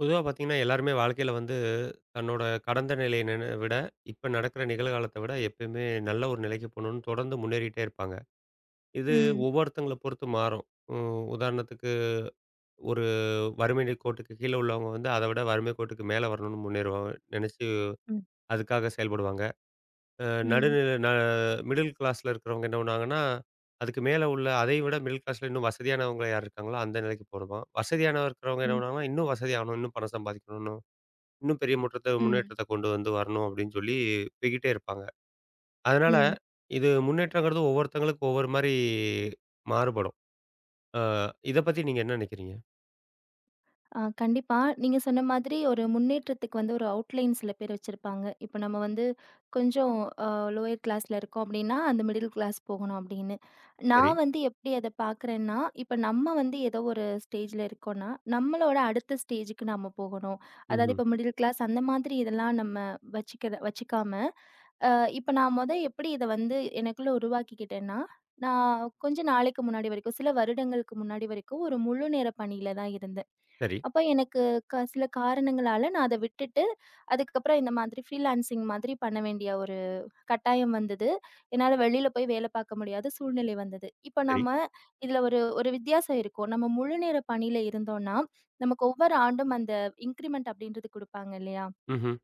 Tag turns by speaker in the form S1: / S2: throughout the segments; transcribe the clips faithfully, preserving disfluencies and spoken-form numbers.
S1: பொதுவா பார்த்தீங்கன்னா, எல்லாருமே வாழ்க்கையில வந்து தன்னோட கடந்த நிலைய நின விட, இப்ப நடக்கிற நிகழ்காலத்த விட எப்பயுமே நல்ல ஒரு நிலைக்கு போணும்னு தொடர்ந்து முன்னேறிட்டே இருப்பாங்க. இது
S2: ம்.
S1: ஒவ்வொருத்தங்கள பொறுத்து மாறும். ம் உதாரணத்துக்கு ஒரு வறுமை நி கோட்டுக்கு கீழ உள்ளவங்க வந்து அத விட வறுமை கோட்டுக்கு மேல வரணும்னு முன்னேறுவாங்க. நெனச்சு
S2: ம்.
S1: அதுக்காக செயல்படுவாங்க. அ
S2: ம்.
S1: நடுநில ந மிடில் கிளாஸ்ல இருக்கிறவங்க என்ன பண்ணுவாங்கன்னா, அதுக்கு மேல உள்ள அதை விட மிடில் கிளாஸ்ல இன்னும் வசதியானவங்க யார் இருக்காங்களோ, அந்த நிலைக்கு போணுமா. வசதியானவ இருக்கிறவங்க என்ன
S2: ம்.
S1: பண்ணுவாங்கன்னா, இன்னும் வசதியாகணும், இன்னும் பணம் சம்பாதிக்கணும்னு இன்னும் பெரிய முற்றத்த
S2: ம்.
S1: முன்னேற்றத்த கொண்டு வந்து வரணும் அப்படின்னு சொல்லி போய்க்கிட்டே இருப்பாங்க. அதனால
S2: ம்.
S1: இது முன்னேற்றங்கிறது ஒவ்வொருத்தங்களுக்கும் ஒவ்வொரு மாரி மாறுபடும். அ இத பத்தி நீங்க என்ன நெனைக்கிறீங்க?
S2: ஆ கண்டிப்பா. நீங்க சொன்ன மாதிரி ஒரு முன்னேற்றத்துக்கு வந்து ஒரு அவுட்லைன் சில பேர் வச்சிருப்பாங்க. இப்ப நம்ம வந்து கொஞ்சம் அ லோயர் கிளாஸ்ல இருக்கோம் அப்டின்னா, அந்த மிடில் கிளாஸ் போகணும் அப்டின்னு.
S1: சரி.
S2: நான் வந்து எப்டி அத பார்க்குறேன்னா, இப்ப நம்ம வந்து ஏதோ ஒரு ஸ்டேஜ்ல இருக்கோம்னா, நம்மளோட அடுத்த ஸ்டேஜுக்கு நாம போகணும். அதாவது
S1: ம்ஹ்ம்.
S2: இப்ப மிடில் கிளாஸ் அந்த மாதிரி இதெல்லாம் நம்ம வச்சுக்கிற வச்சுக்காம, அ இப்ப நான் மொத எப்டி இத வந்து எனக்குள்ள உருவாக்கிக்கிட்டேன்னா, நான் கொஞ்ச நாளைக்கு முன்னாடி வரைக்கும், சில வருடங்களுக்கு முன்னாடி வரைக்கும் ஒரு முழு நேர பணியில தான் இருந்தேன்.
S1: சரி,
S2: அப்ப எனக்கு க சில காரணங்களால நான் அத விட்டுட்டு, அதுக்கப்புறம் இந்த மாதிரி ஃப்ரீலான்சிங் மாதிரி பண்ண வேண்டிய ஒரு கட்டாயம் வந்தது. என்னால வெளியில போய் வேலை பார்க்க முடியாத சூழ்நிலை வந்தது. இப்ப
S1: சரி.
S2: நம்ம இதுல ஒரு ஒரு வித்தியாசம் இருக்கும். நம்ம முழுநேர பணியில இருந்தோம்னா, நமக்கு ஒவ்வொரு ஆண்டும் அந்த இன்கிரிமெண்ட் அப்படின்றது குடுப்பாங்க இல்லையா?
S1: ம்ஹ்ம்.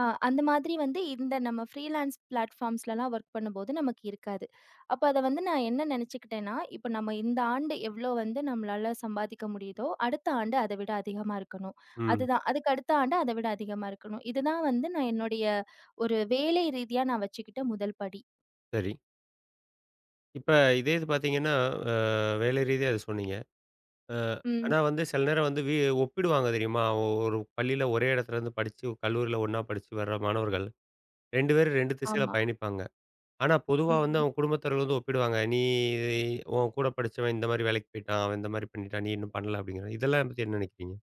S2: அ அந்த மாதிரி வந்து இந்த நம்ம ஃப்ரீலான்ஸ் பிளாட்ஃபார்ம்ஸ்லலாம் ஒர்க் பண்ணும்போது நமக்கு இருக்காது. அப்ப அத வந்து நான் என்ன நெனச்சுக்கிட்டேன்னா, இப்ப நம்ம இந்த ஆண்டு எவ்ளோ வந்து நம்மளால சம்பாதிக்க முடியுதோ, அடுத்த ஆண்டு அத விட அதிகமா இருக்கணும்.
S1: ம்.
S2: அதுதான். அதுக்கு அடுத்த ஆண்டு அத விட அதிகமா இருக்கணும். இதுதான் வந்து நான் என்னுடைய ஒரு வேலை ரீதியா நான் வச்சுக்கிட்ட முதல் படி.
S1: சரி. இப்ப இதே இது பார்த்தீங்கன்னா, அ வேலை ரீதியா அத சொன்னீங்க. அ
S2: ம்.
S1: ஆனா வந்து சில நேரம் வந்து வி ஒப்பிடுவாங்க தெரியுமா? ஒ- ஒரு பள்ளியில ஒரே இடத்துல இருந்து படிச்சு, கல்லூரியில ஒண்ணா படிச்சு வர்ற மாணவர்கள் இரண்டு பேரும் இரண்டு திசையில
S2: ஆமா.
S1: பயணிப்பாங்க. ஆனா, பொதுவா வந்து
S2: ம்.
S1: அவன் குடும்பத்தினர் வந்து ஒப்பிடுவாங்க. "நீ இது உன் கூட படிச்சவன் இந்த மாரி வேலைக்கு போயிட்டான். அவன் இந்த மாரி பண்ணிட்டான். நீ இன்னும் பண்ணல" அப்படிங்கிறாங்க. இதெல்லாம் பத்தி என்ன நினைக்கிறீங்க?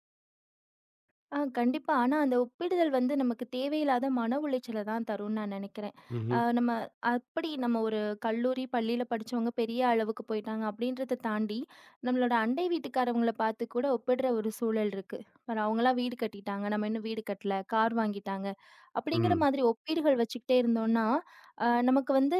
S2: ஆ கண்டிப்பா. ஆனா, அந்த ஒப்பிடுதல் வந்து நமக்கு தேவையில்லாத மன உளைச்சல தான் தரும்னு நான் நெனைக்கிறேன். அ
S1: ம்ஹ்ம்.
S2: நம்ம அப்படி நம்ம ஒரு கல்லூரி, பள்ளியில படிச்சவங்க பெரிய அளவுக்கு போயிட்டாங்க அப்படின்றத தாண்டி, நம்மளோட அண்டை வீட்டுக்காரவங்கள பார்த்து கூட ஒப்பிடுற ஒரு சூழல் இருக்கு. பாரு அவங்கலாம் வீடு கட்டிட்டாங்க, நம்ம இன்னும் வீடு கட்டல, கார் வாங்கிட்டாங்க, அப்படிங்கிற
S1: ம்.
S2: மாதிரி ஒப்பீடுகள் வச்சுக்கிட்டே இருந்தோம்னா, அ நமக்கு வந்து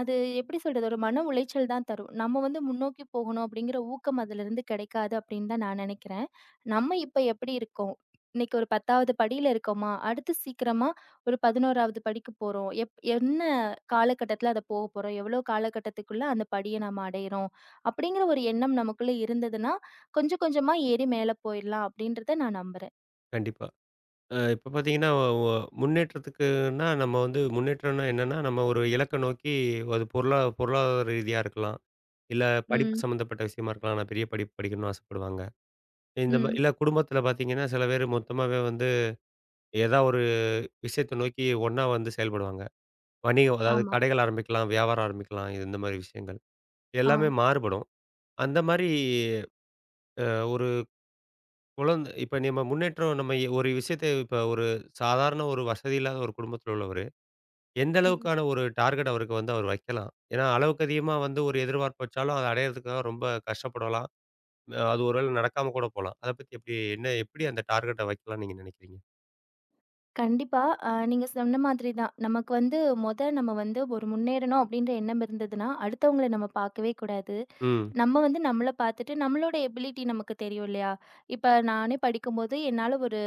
S2: அது எப்படி சொல்றது? ஒரு மன உளைச்சல் தான் தரும். நம்ம வந்து முன்னோக்கி போகணும் அப்படிங்கிற ஊக்கம் அதிலிருந்து கிடைக்காது அப்படின்னு தான் நான் நெனைக்கிறேன். நம்ம இப்ப எப்படி இருக்கோம்? இன்னைக்கு ஒரு பத்தாவது படியில இருக்கோமா, அடுத்து சீக்கிரமா ஒரு பதினொன்றாவது படிக்கு போறோம். எப் என்ன காலகட்டத்தில அத போக போறோம்? எவ்வளோ காலகட்டத்துக்குள்ள அந்த படிய நம்ம அடையிறோம்? அப்படிங்கிற ஒரு எண்ணம் நமக்குள்ள இருந்ததுன்னா, கொஞ்சம் கொஞ்சமா ஏறி மேல போயிரலாம் அப்படின்றத நான் நம்புறேன்.
S1: கண்டிப்பா. அ இப்ப பார்த்தீங்கன்னா, ஒ ஒ- முன்னேற்றத்துக்குன்னா நம்ம வந்து முன்னேற்றம்னா என்னன்னா, நம்ம ஒரு இலக்க நோக்கி அது பொருளா பொருளாதார ரீதியா இருக்கலாம். இல்ல படிப்பு
S2: ம்,
S1: சம்மந்தப்பட்ட விஷயமா இருக்கலாம். நான் பெரிய படிப்பு படிக்கணும்னு ஆசைப்படுவாங்க. இந்த மா
S2: ம்.
S1: இல்ல குடும்பத்தில பார்த்தீங்கன்னா, சில பேர் மொத்தமாவே வந்து ஏதா ஒரு விஷயத்த நோக்கி ஒண்ணா வந்து செயல்படுவாங்க. வணிகம் அதாவது
S2: ஆமா.
S1: கடைகள் ஆரம்பிக்கலாம், வியாபாரம் ஆரம்பிக்கலாம். இது இந்த மாரி விஷயங்கள்.
S2: ஆ.
S1: எல்லாமே மாறுபடும். அந்த மாரி அ ஒரு குழந்த இப்ப நம்ம முன்னேற்றம் நம்ம எ- ஒரு விஷயத்த இப்ப ஒரு சாதாரண ஒரு வசதி இல்லாத ஒரு குடும்பத்தில உள்ளவரு, எந்த
S2: ம்.
S1: அளவுக்கான ஒரு டார்கெட் அவருக்கு வந்து அவர் வைக்கலாம். ஏன்னா, அளவுக்கு அதிகமா வந்து ஒரு எதிர்பார்ப்பு வச்சாலும், அத அடையறதுக்காக ரொம்ப கஷ்டப்படலாம். அஹ், அது ஒரு வேள நடக்காம கூட போலாம். அத பத்தி எப்படி என்ன எப்படி அந்த டார்கெட்ட வைக்கலாம்னு நீங்க நினைக்கிறீங்க?
S2: கண்டிப்பா. அ நீங்க சொன்ன மாதிரி தான். நமக்கு வந்து மொத நம்ம வந்து ஒரு முன்னேறணும் அப்படின்ற எண்ணம் இருந்ததுன்னா, அடுத்தவங்கள நம்ம பார்க்கவே கூடாது.
S1: ம்.
S2: நம்ம வந்து நம்மள பார்த்துட்டு நம்மளோட எபிலிட்டி நமக்கு தெரியும் இல்லையா? இப்ப நானே படிக்கும்போது என்னால ஒரு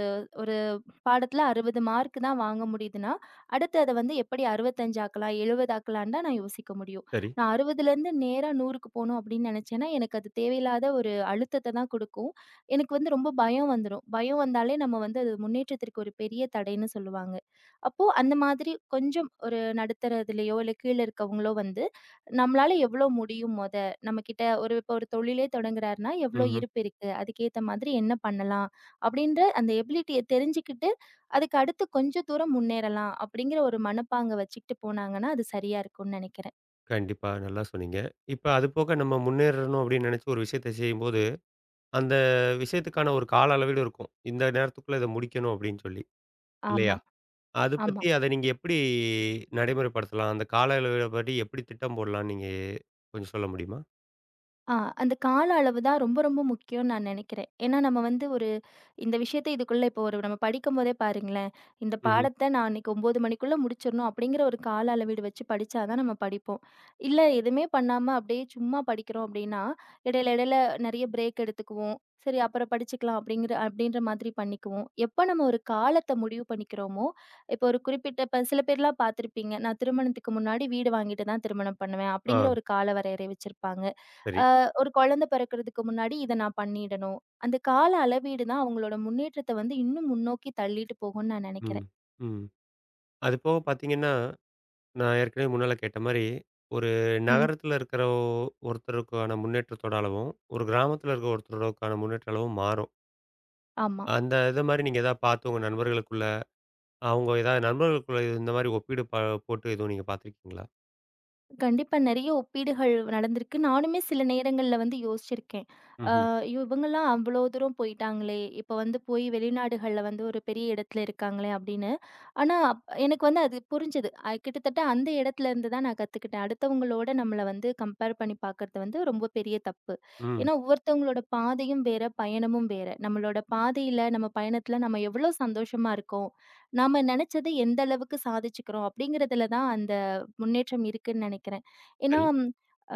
S2: பாடத்துல அறுபது மார்க் தான் வாங்க முடியுதுன்னா, அடுத்து அத வந்து எப்படி அறுபத்தி ஐந்து ஆக்கலாம், எழுபது ஆக்கலான்னு தான் நான் யோசிக்க முடியும்.
S1: சரி.
S2: நான் அறுபதிலிருந்து நேரா நூறுக்கு போணும் அப்படின்னு நெனச்சேன்னா, எனக்கு அது தேவையில்லாத ஒரு அழுத்தத்த தான் குடுக்கும். எனக்கு வந்து ரொம்ப பயம் வந்துரும். பயம் வந்தாலே நம்ம வந்து அது முன்னேற்றத்திற்கு ஒரு பெரிய தடைன்னு சொல்லுவாங்க. அப்போ அந்த மாதிரி கொஞ்சம் ஒரு நடுத்தரதுலயோ, இல்ல கீழ இருக்கவங்களோ வந்து, நம்மளால எவ்வளோ முடியும் மொத? நம்மகிட்ட ஒரு இப்போ ஒரு தொழிலே தொடங்குறாருன்னா, எவ்வளோ
S1: ம்ஹ்ம்.
S2: இருப்பு இருக்கு? அதுக்கேத்த மாதிரி என்ன பண்ணலாம்? அப்படின்ற அந்த எபிலிட்டிய தெரிஞ்சுக்கிட்டு அதுக்கு அடுத்து கொஞ்சம் தூரம் முன்னேறலாம் அப்படிங்கிற ஒரு மனப்பாங்க வச்சுக்கிட்டு போனாங்கன்னா, அது சரியா இருக்கும்னு நெனைக்கிறேன்.
S1: கண்டிப்பா. நல்லா சொன்னீங்க. இப்ப அது போக நம்ம முன்னேறணும் அப்படின்னு நினைச்சு ஒரு விஷயத்த செய்யும்போது அந்த விஷயத்துக்கான ஒரு கால அளவீடு இருக்கும். இந்த நேரத்துக்குள்ள இத முடிக்கணும் அப்டின்னு சொல்லி, இல்லையா?
S2: ஆமா,
S1: அது
S2: ஆமா.
S1: பத்தி அத நீங்க எப்படி நடைமுறைப்படுத்தலாம்? அந்த கால அளவீட படி எப்படி திட்டம் போடலாம்னு நீங்க கொஞ்சம் சொல்ல முடியுமா?
S2: ஆ அந்த கால அளவு தான் ரொம்ப ரொம்ப முக்கியம்னு நான் நெனைக்கிறேன். ஏன்னா, நம்ம வந்து ஒரு இந்த விஷயத்த இதுக்குள்ள இப்போ ஒரு நம்ம படிக்கும்போதே பாருங்களேன், இந்த
S1: ம்ஹ்ம்.
S2: பாடத்த நான் அன்னைக்கு ஒன்பது மணிக்குள்ள முடிச்சிரணும் அப்படிங்கிற ஒரு கால அளவீடு வச்சு படிச்சா தான் நம்ம படிப்போம். இல்ல எதுவுமே பண்ணாம அப்படியே சும்மா படிக்கிறோம் அப்படின்னா, இடையில இடையில நெறைய பிரேக் எடுத்துக்குவோம். சரி அப்புறம் படிச்சுக்கலாம் அப்படிங்கிற அப்படின்ற மாதிரி பண்ணிக்குவோம். எப்போ நம்ம ஒரு காலத்த முடிவு பண்ணிக்கிறோமோ, இப்போ ஒரு குறிப்பிட்ட இப்ப சில பேர்லாம் பார்த்துருப்பீங்க, நான் திருமணத்துக்கு முன்னாடி வீடு வாங்கிட்டு தான் திருமணம் பண்ணுவேன்
S1: ஆ
S2: அப்படிங்கிற ஒரு கால வரையறை வச்சிருப்பாங்க.
S1: சரி.
S2: அ ஒரு குழந்தை பிறக்கிறதுக்கு முன்னாடி இத நான் பண்ணிடணும். அந்த கால அளவீடு தான் அவங்களோட முன்னேற்றத்த வந்து இன்னும் முன்னோக்கி தள்ளிட்டு போகும்னு நான்
S1: ம்.
S2: நினைக்கிறேன்.
S1: ம். அது போக பார்த்தீங்கன்னா, நான் ஏற்கனவே முன்னால கேட்ட மாரி, ஒரு
S2: ம்.
S1: நகரத்தில இருக்கிற ஒ- ஒருத்தருக்கான முன்னேற்றத்தோட அளவும், ஒரு கிராமத்தில இருக்கிற ஒருத்தருக்கான முன்னேற்ற அளவும் மாறும்.
S2: ஆமா.
S1: அந்த இத மாரி நீங்க எதாவது பார்த்து உங்க நண்பர்களுக்குள்ள அவங்க ஏதாவது நண்பர்களுக்குள்ள இது இந்த மாரி ஒப்பீடு ப போட்டு எதுவும் நீங்க பார்த்துருக்கீங்களா?
S2: கண்டிப்பா நெறைய ஒப்பீடுகள் நடந்திருக்கு. நானுமே சில நேரங்கள்ல வந்து யோசிச்சிருக்கேன். அ
S1: ம்ஹ்ம்.
S2: இவங்கலாம் அவ்வளோ தூரம் போயிட்டாங்களே! இப்ப வந்து போய் வெளிநாடுகள்ல வந்து ஒரு பெரிய இடத்துல இருக்காங்களே! அப்படின்னு. ஆனா, அப்- எனக்கு வந்து அது புரிஞ்சது. அ கிட்டத்தட்ட அந்த இடத்துல இருந்து தான் நான் கத்துக்கிட்டேன். அடுத்தவங்களோட நம்மள வந்து கம்பேர் பண்ணி பார்க்கறது வந்து ரொம்ப பெரிய தப்பு.
S1: ம்.
S2: ஏன்னா, ஒவ்வொருத்தவங்களோட பாதையும் வேற, பயணமும் வேற. நம்மளோட பாதையில, நம்ம பயணத்துல நம்ம எவ்வளோ சந்தோஷமா இருக்கோம், நாம நெனச்சத எந்த அளவுக்கு சாதிச்சுக்கிறோம் அப்படிங்கிறதுல தான் அந்த முன்னேற்றம் இருக்குன்னு நெனைக்கிறேன். ஏன்னா,
S1: சரி.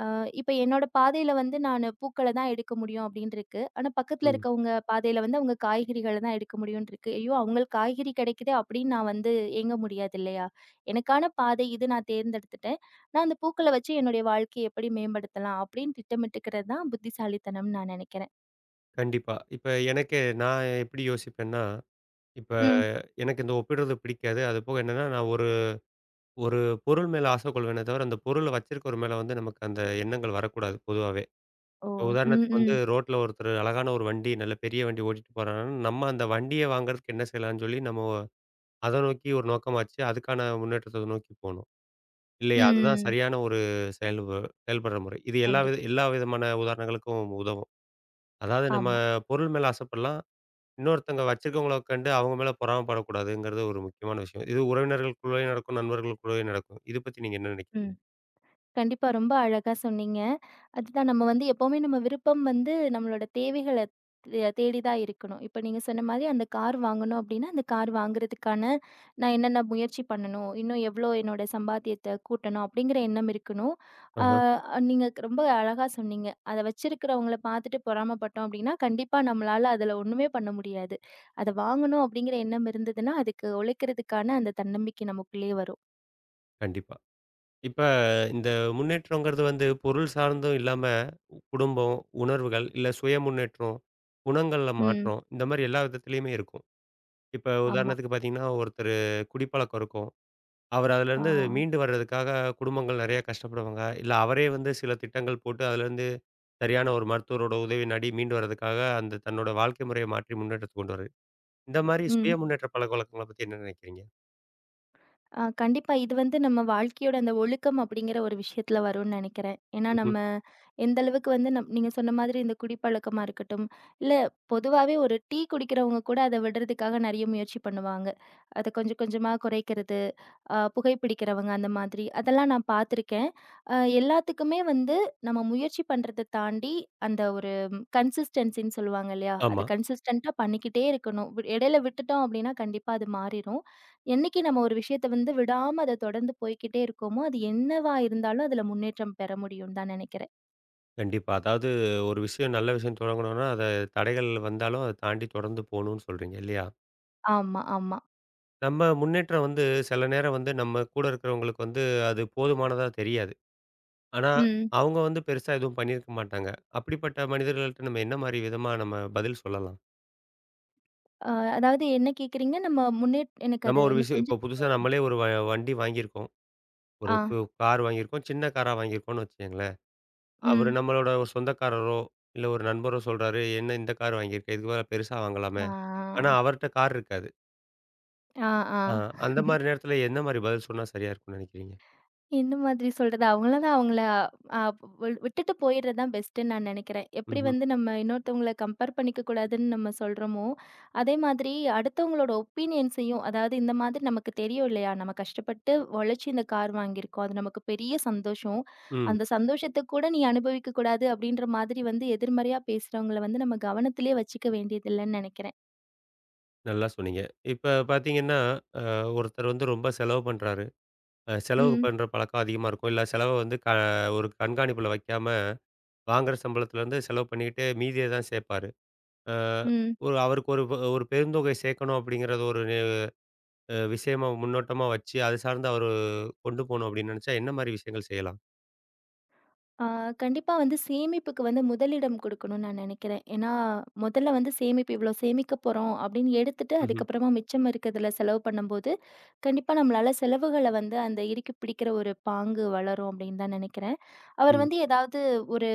S2: அ இப்ப என்னோட பாதையில வந்து நானு பூக்கள தான் எடுக்க முடியும் அப்படின்னு இருக்கு. ஆனா பக்கத்துல
S1: ம்.
S2: இருக்கவங்க பாதையில வந்து அவங்க காய்கறிகள தான் எடுக்க முடியும்ன்னு இருக்கு. ஐயோ! அவங்களுக்கு காய்கறி கிடைக்குதே அப்படின்னு நான் வந்து ஏங்க முடியாது இல்லையா? எனக்கான பாதை இது நான் தேர்ந்தெடுத்துட்டேன். நான் அந்த பூக்கள வச்சு என்னுடைய வாழ்க்கைய எப்படி மேம்படுத்தலாம் அப்படின்னு திட்டமிட்டுக்கிறது தான் புத்திசாலித்தனம்னு நான் நெனைக்கிறேன்.
S1: கண்டிப்பா. இப்ப எனக்கு நான் எப்படி யோசிப்பேன்னா, இப்ப
S2: ம்.
S1: எனக்கு இந்த ஒப்பிடுறது பிடிக்காது. அதுபோக என்னன்னா, நான் ஒரு ஒரு பொருள் மேல ஆசை கொள்வேனே தவிர, அந்த பொருள வச்சிருக்கவர் மேல வந்து நமக்கு அந்த எண்ணங்கள் வரக்கூடாது பொதுவாவே.
S2: ஓ!
S1: இப்ப
S2: ம்,
S1: உதாரணத்துக்கு வந்து
S2: ம்.
S1: ரோட்ல ஒருத்தர் அழகான ஒரு வண்டி, நல்ல பெரிய வண்டி ஓட்டிட்டு போறாங்கன்னா, நம்ம அந்த வண்டிய வாங்குறதுக்கு என்ன செய்யலாம்னு சொல்லி நம்ம அத நோக்கி ஒரு நோக்கமாச்சு, அதுக்கான முன்னேற்றத்த நோக்கி போணும். இல்லையா? அதுதான்
S2: ம்.
S1: சரியான ஒரு செயல் செயல்படுற முறை. இது எல்லா வித
S2: கண்டிப்பா.
S1: எல்லா விதமான உதாரணங்களுக்கும் உதவும். அதாவது நம்ம
S2: ஆமா.
S1: பொருள் மேல ஆசைப்படலாம். இன்னொருத்தங்க வச்சிருக்கவங்கள கண்டு அவங்க மேல பொறாமப்படக்கூடாதுங்கிறது ஒரு முக்கியமான விஷயம். இது உறவினர்களுக்குள்ளேயும் நடக்கும், நண்பர்களுக்குள்ளேயும் நடக்கும். இத பத்தி நீங்க என்ன
S2: ம்.
S1: நினைக்கிறீங்க?
S2: கண்டிப்பா. ரொம்ப அழகா சொன்னீங்க. அதுதான் நம்ம வந்து எப்பவுமே நம்ம விருப்பம் வந்து நம்மளோட தேவைகள தே தேடி தான் இருக்கணும். இப்ப நீங்க சொன்ன மாரி அந்த கார் வாங்கணும் அப்டின்னா, அந்த கார் வாங்குறதுக்கான நான் என்னென்ன முயற்சி பண்ணணும்? இன்னும் எவ்ளோ என்னோட சம்பாத்தியத்த கூட்டணும்? அப்டிங்கிற எண்ணம் இருக்கணும். ஆ
S1: ஆஹா,
S2: நீங்க ரொம்ப அழகா சொன்னீங்க. அத வச்சிருக்கிறவங்கள பார்த்துட்டு பொறாமப்பட்டோம் அப்டின்னா, கண்டிப்பா நம்மளால அதுல ஒண்ணுமே பண்ண முடியாது. அத வாங்கணும் அப்டிங்கிற எண்ணம் இருந்ததுன்னா, அதுக்கு உழைக்கிறதுக்கான அந்த தன்னம்பிக்கை நமக்குள்ளயே வரும்.
S1: கண்டிப்பா. இப்ப இந்த முன்னேற்றங்கிறது வந்து பொருள் சார்ந்தும் இல்லாம, குடும்பம், உணர்வுகள், இல்ல சுய முன்னேற்றம், குணங்கள்ல
S2: ம்.
S1: மாற்றம் இந்த மாரி எல்லா விதத்திலயுமே இருக்கும். இப்ப
S2: ஆமா.
S1: உதாரணத்துக்கு பார்த்தீங்கன்னா, ஒருத்தரு குடிப்பழக்கம் இருக்கும். அவர்
S2: ஆ.
S1: அதுலேருந்து மீண்டு வர்றதுக்காக குடும்பங்கள் நெறைய கஷ்டப்படுவாங்க. இல்ல அவரே வந்து சில திட்டங்கள் போட்டு அதுலேருந்து சரியான ஒரு மருத்துவரோட உதவி நாடி மீண்டு வர்றதுக்காக அந்த தன்னோட வாழ்க்கை முறைய மாற்றி முன்னேற்றத்த கொண்டு வராரு. இந்த மாரி சுய
S2: ம்.
S1: முன்னேற்ற பழக்கவழக்கங்கள பத்தி என்ன நெனைக்கிறீங்க?
S2: ஆ கண்டிப்பா. இது வந்து நம்ம வாழ்க்கையோட அந்த ஒழுக்கம் அப்படிங்கிற ஒரு விஷயத்துல வரும்னு நெனைக்கிறேன். ஏன்னா,
S1: ம்ஹ்ம்.
S2: நம்ம எந்த அளவுக்கு வந்து நம் நீங்க சொன்ன மாதிரி இந்த குடிப்பழக்கமா இருக்கட்டும், இல்ல பொதுவாவே ஒரு டீ குடிக்கிறவங்க கூட அத விடுறதுக்காக நெறைய முயற்சி பண்ணுவாங்க. அத கொஞ்சம் கொஞ்சமா குறைக்கிறது. அ புகைப்பிடிக்கிறவங்க அந்த மாதிரி. அதெல்லாம் நான் பார்த்துருக்கேன். அ எல்லாத்துக்குமே வந்து நம்ம முயற்சி பண்றத தாண்டி, அந்த ஒரு கன்சிஸ்டன்சின்னு சொல்லுவாங்க இல்லையா?
S1: ஆமா.
S2: அத கன்சிஸ்டன்ட்டா பண்ணிக்கிட்டே இருக்கணும். வி இடையில விட்டுட்டோம் அப்டின்னா கண்டிப்பா அது மாறிரும். என்னைக்கு நம்ம ஒரு விஷயத்த வந்து விடாம அத தொடர்ந்து போய்க்கிட்டே இருக்கோமோ, அது என்னவா இருந்தாலும் அதுல முன்னேற்றம் பெற முடியும்னு தான் நெனைக்கிறேன்.
S1: கண்டிப்பா. அதாவது ஒரு விஷயம் நல்ல விஷயம் தொடங்கணும்னா, அத தடைகள் வந்தாலும் அத தாண்டி தொடர்ந்து போணும்னு சொல்றீங்க இல்லையா?
S2: ஆமா, ஆமா.
S1: நம்ம முன்னேற்றம் வந்து சில நேரம் வந்து நம்ம கூட இருக்கிறவங்களுக்கு வந்து அது போதுமானதா தெரியாது. ஆனா,
S2: ம்.
S1: அவங்க வந்து பெருசா எதுவும் பண்ணியிருக்க மாட்டாங்க. அப்படிப்பட்ட மனிதர்கள்ட்ட நம்ம என்ன மாரி விதமா நம்ம பதில் சொல்லலாம்?
S2: அ அதாவது என்ன கேட்குறீங்க? நம்ம முன்னே எனக்கு
S1: நம்ம
S2: அது
S1: ஒரு
S2: இன்னும்
S1: விஷயம் இப்போ
S2: கொஞ்சம்.
S1: புதுசா நம்மளே ஒரு வ வண்டி வாங்கியிருக்கோம். ஒரு
S2: ஆ.
S1: கு கார் வாங்கியிருக்கோம். சின்ன காரா வாங்கியிருக்கோம்னு வச்சுக்கங்களேன். அவரு
S2: ம்.
S1: நம்மளோட ஒரு சொந்தக்காரரோ, இல்ல ஒரு நண்பரோ சொல்றாரு, "என்ன இந்த கார் வாங்கியிருக்க? இதுக்கு பதிலா பெருசா வாங்கலாமே!" ஆனா
S2: ஆ.
S1: அவர்ட்ட கார் இருக்காது.
S2: ஆ, ஆ.
S1: ஆ அந்த மாரி நேரத்தில என்ன மாரி பதில் சொன்னா சரியா இருக்கும்னு நினைக்கிறீங்க?
S2: என்ன மாதிரி சொல்றது? அவங்கள தான் அவங்கள அ வி விட்டுட்டு போயிறது தான் பெஸ்ட்டுன்னு நான் நெனைக்கிறேன். எப்படி
S1: ம்ஹ்ம்.
S2: வந்து நம்ம இன்னொருத்தவங்கள கம்பேர் பண்ணிக்க கூடாதுன்னு நம்ம சொல்றோமோ, அதே மாதிரி அடுத்தவங்களோட ஒப்பீனியன்ஸையும் அதாவது இந்த மாதிரி நமக்கு தெரியும் இல்லையா? நம்ம கஷ்டப்பட்டு உழைச்சு இந்த கார் வாங்கியிருக்கோம். அது நமக்கு பெரிய சந்தோஷம்.
S1: ம்.
S2: அந்த சந்தோஷத்த கூட நீ அனுபவிக்க கூடாது அப்படின்ற மாதிரி வந்து எதிர்மறையா பேசுறவங்கள வந்து நம்ம கவனத்திலேயே வச்சுக்க வேண்டியதில்லன்னு நெனைக்கிறேன்.
S1: நல்லா சொன்னீங்க. இப்ப பார்த்தீங்கன்னா, அ ஒருத்தர் வந்து ரொம்ப செலவு பண்றாரு. அ செலவு
S2: ம்.
S1: பண்ற பழக்கம் அதிகமா இருக்கும். இல்ல செலவ வந்து க ஒரு கண்காணிப்புல வைக்காம, வாங்குற சம்பளத்துலேருந்து செலவு பண்ணிக்கிட்டு மீதிய தான் சேர்ப்பாரு. அ
S2: ம்.
S1: ஒரு அவருக்கு ஒரு ப- ஒரு பெருந்தொகை சேர்க்கணும் அப்படிங்கிறத ஒரு நி அ விஷயமா முன்னோட்டமா வச்சு, அது சார்ந்து அவரு கொண்டு போணும் அப்படின்னு நெனச்சா, என்ன மாரி விஷயங்கள் செய்யலாம்?
S2: ஆ கண்டிப்பா வந்து சேமிப்புக்கு வந்து முதலிடம் குடுக்கணும்னு நான் நினைக்கிறேன். ஏன்னா, முதல்ல வந்து சேமிப்பு இவ்வளோ சேமிக்க போறோம் அப்படின்னு எடுத்துட்டு,
S1: ம்ஹ்ம்.
S2: அதுக்கப்புறமா மிச்சம் இருக்கிறதுல செலவு பண்ணும்போது, கண்டிப்பா நம்மளால செலவுகள வந்து அந்த இறுக்கி பிடிக்கிற ஒரு பாங்கு வளரும் அப்படின்னு தான் நினைக்கிறேன். அவர்
S1: ம்.
S2: வந்து ஏதாவது ஒரு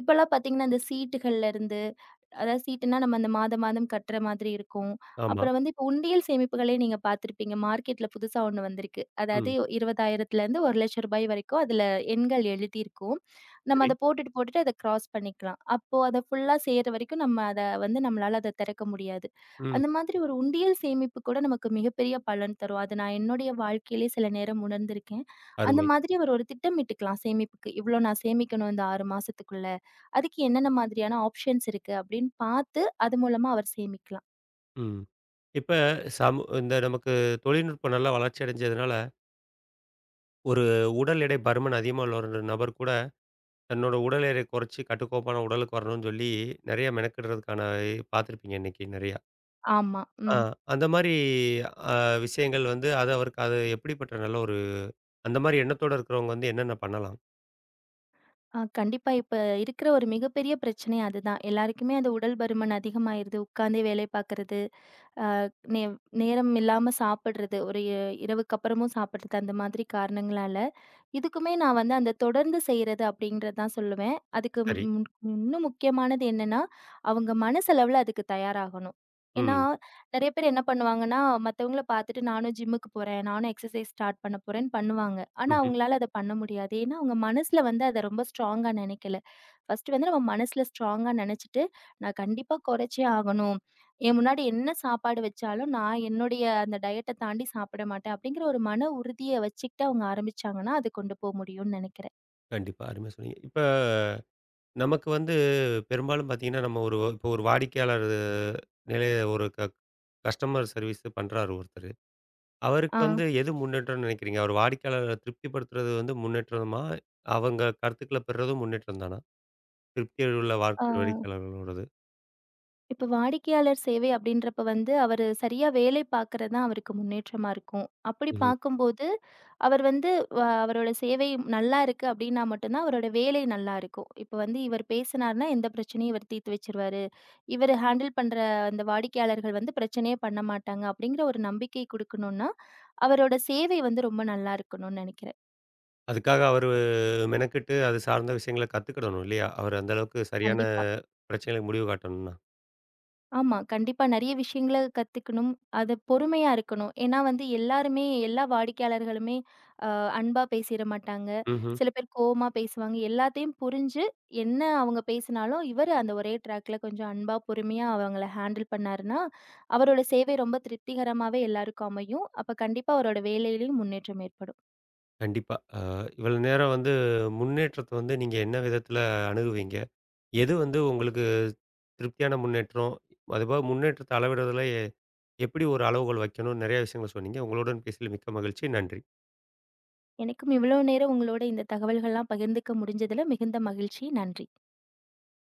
S2: இப்பல்லாம் பார்த்தீங்கன்னா, இந்த சீட்டுகள்ல இருந்து அதாவது சீட்டுன்னா, நம்ம அந்த மாதம், மாதம் கட்டுற மாதிரி இருக்கும்.
S1: ஆமா.
S2: அப்புறம் வந்து இப்போ உண்டியல் சேமிப்புகளே நீங்க பார்த்திருப்பீங்க. மார்க்கெட்ல புதுசா ஒண்ணு வந்திருக்கு. அதாவது
S1: ம்.
S2: ரூ. இருபதாயிரம் ரூ. ஒரு லட்சம் வரைக்கும் அதுல எண்கள் எழுதியிருக்கும். நம்ம
S1: சரி.
S2: அத போட்டுட்டு, போட்டுட்டு அத கிராஸ் பண்ணிக்கலாம். அப்போ அத ஃபுல்லா சேர்ற வரைக்கும் நம்ம அத வந்து நம்மளால அத திறக்க முடியாது.
S1: ம்.
S2: அந்த மாதிரி ஒரு உண்டியல் சேமிப்பு கூட நமக்கு மிகப்பெரிய பலன் தரும். அது நான் என்னுடைய வாழ்க்கையிலே சில நேரம் உணர்ந்திருக்கேன். அந்த
S1: அருமை.
S2: மாதிரி ஒரு ஒரு திட்டமிட்டுக்கலாம் சேமிப்புக்கு. இவ்ளோ நான் சேமிக்கணும் இந்த ஆறு மாசத்துக்குள்ள. அதுக்கு என்னென்ன மாதிரியான ஆப்ஷன்ஸ் இருக்கு அப்படின்னு பார்த்து அது மூலமா அவர் சேமிக்கலாம்.
S1: ம். இப்ப சமு இந்த நமக்கு தொழில்நுட்பம் நல்லா வளர்ச்சி அடைஞ்சதுனால, ஒரு உடல் எடை பருமன் அதிகமா உள்ள ஒரு நபர் கூட தன்னோட உடல் எடையை குறைச்சு கட்டுக்கோப்பான உடலுக்கு வரணும்னு சொல்லி, நெறைய மெனக்கிடுறதுக்கான பார்த்துருப்பீங்க இன்னைக்கு நெறையா.
S2: ஆமா.
S1: ஆ
S2: ம்.
S1: அந்த மாரி அ விஷயங்கள் வந்து அது அவருக்கு அது எப்படிப்பட்ட நல்ல ஒரு அந்த மாரி எண்ணத்தோட இருக்கிறவங்க வந்து என்னென்ன பண்ணலாம்?
S2: அ கண்டிப்பா இப்ப இருக்கிற ஒரு மிகப்பெரிய பிரச்சனை அதுதான். எல்லாருக்குமே அந்த உடல் பருமன் அதிகமாயிருது. உட்கார்ந்தே வேலை பார்க்கறது, நே நேரம் இல்லாம சாப்பிடுறது, ஒரு இ- இரவுக்கு அப்புறமும் சாப்பிடுறது அந்த மாதிரி காரணங்களால. இதுக்குமே நான் வந்து அந்த தொடர்ந்து செய்றது அப்படிங்கிறது தான் சொல்லுவேன். அதுக்கு
S1: சரி.
S2: முன் இன்னும் முக்கியமானது என்னன்னா, அவங்க மனசளவுல அதுக்கு தயாராகணும். ஏன்னா,
S1: ம்.
S2: நெறைய பேர் என்ன பண்ணுவாங்கன்னா, மத்தவங்கள பார்த்துட்டு நானும் ஜிம்முக்கு போறேன், நானும் எக்சர்சைஸ் ஸ்டார்ட் பண்ண போறேன்னு பண்ணுவாங்க. ஆனா
S1: ம்ஹ்ம்.
S2: அவங்களால அத பண்ண முடியாது. ஏன்னா அவங்க மனசுல வந்து அத ரொம்ப ஸ்ட்ராங்கா நெனைக்கல. ஃபர்ஸ்ட்டு வந்து நம்ம மனசுல ஸ்ட்ராங்கா நெனச்சுட்டு, நான் கண்டிப்பா குறைச்சே ஆகணும். என் முன்னாடி என்ன சாப்பாடு வச்சாலும், நான் என்னுடைய அந்த டயட்ட தாண்டி சாப்பிட மாட்டேன். அப்படிங்கிற ஒரு மன உறுதிய வச்சுக்கிட்டு அவங்க ஆரம்பிச்சாங்கன்னா, அது கொண்டு போ முடியும்னு நெனைக்கிறேன்.
S1: கண்டிப்பா. அருமையா சொன்னீங்க. இப்ப நமக்கு வந்து பெரும்பாலும் பார்த்தீங்கன்னா, நம்ம ஒரு இப்போ ஒரு வாடிக்கையாளர் நிலைய ஒரு க கஸ்டமர் சர்வீஸ் பண்றாரு ஒருத்தரு. அவருக்கு
S2: ஆ.
S1: வந்து எது முன்னேற்றம்னு நெனைக்கிறீங்க? அவர் வாடிக்கையாளர திருப்திப்படுத்துறது வந்து முன்னேற்றமா? அவங்க கருத்துக்கள பெறுறதும் முன்னேற்றம் தானா? திருப்தியில் உள்ள
S2: ஆ.
S1: வார்க் வாடிக்கையாளர்களோடது.
S2: இப்ப வாடிக்கையாளர் சேவை அப்படின்றப்ப வந்து, அவரு சரியா வேலை பார்க்கறது தான் அவருக்கு முன்னேற்றமா இருக்கும். அப்படி
S1: ம்ஹ்ம்.
S2: பார்க்கும்போது, அவர் வந்து வ அவரோட சேவை நல்லா இருக்கு அப்படின்னா மட்டும் தான் அவரோட வேலை நல்லா இருக்கும். இப்ப வந்து இவர் பேசினார்னா எந்த பிரச்சனையும் இவர் தீர்த்து வச்சுருவாரு. இவரு ஹேண்டில் பண்ற அந்த வாடிக்கையாளர்கள் வந்து பிரச்சனையே பண்ண மாட்டாங்க அப்படிங்கிற ஒரு நம்பிக்கை குடுக்கணும்னா, அவரோட சேவை வந்து ரொம்ப நல்லா இருக்கணும்னு நெனைக்கிறேன்.
S1: அதுக்காக அவரு மெனக்கெட்டு அது சார்ந்த விஷயங்கள கத்துக்கிடணும் இல்லையா? அவரு அந்த அளவுக்கு சரியான
S2: கண்டிப்பா.
S1: பிரச்சனைகளுக்கு முடிவு காட்டணும்னா.
S2: ஆமா. கண்டிப்பா நெறைய விஷயங்கள கத்துக்கணும். அது பொறுமையா இருக்கணும். ஏன்னா வந்து எல்லாருமே, எல்லா வாடிக்கையாளர்களுமே அ அன்பா பேசிற மாட்டாங்க.
S1: ம்ஹ்ம்.
S2: சில பேர் கோவமா பேசுவாங்க. எல்லாத்தையும் புரிஞ்சு, என்ன அவங்க பேசினாலும், இவரு அந்த ஒரே ட்ராக்ல கொஞ்சம் அன்பா, பொறுமையா அவங்கள ஹேண்டில் பண்ணாருன்னா, அவரோட சேவை ரொம்ப திருப்திகரமாவே எல்லாருக்கும் அமையும். அப்ப கண்டிப்பா அவரோட வேலையிலயும் முன்னேற்றம் ஏற்படும்.
S1: கண்டிப்பா. அ இவ்வளோ நேரம் வந்து முன்னேற்றத்த வந்து நீங்க என்ன விதத்தில அணுகுவீங்க? எது வந்து உங்களுக்கு திருப்தியான முன்னேற்றம்? அதுபோக முன்னேற்றத்த அளவிடுறதுல எ எப்படி ஒரு அளவுகோல் வைக்கணும்னு நெறைய விஷயங்கள சொன்னீங்க. உங்களுடன் பேசியதில் மிக்க மகிழ்ச்சி. நன்றி.
S2: எனக்கும் இவ்வளோ நேரம் உங்களோட இந்த தகவல்கள்லாம் பகிர்ந்துக்க முடிஞ்சதுல மிகுந்த மகிழ்ச்சி. நன்றி.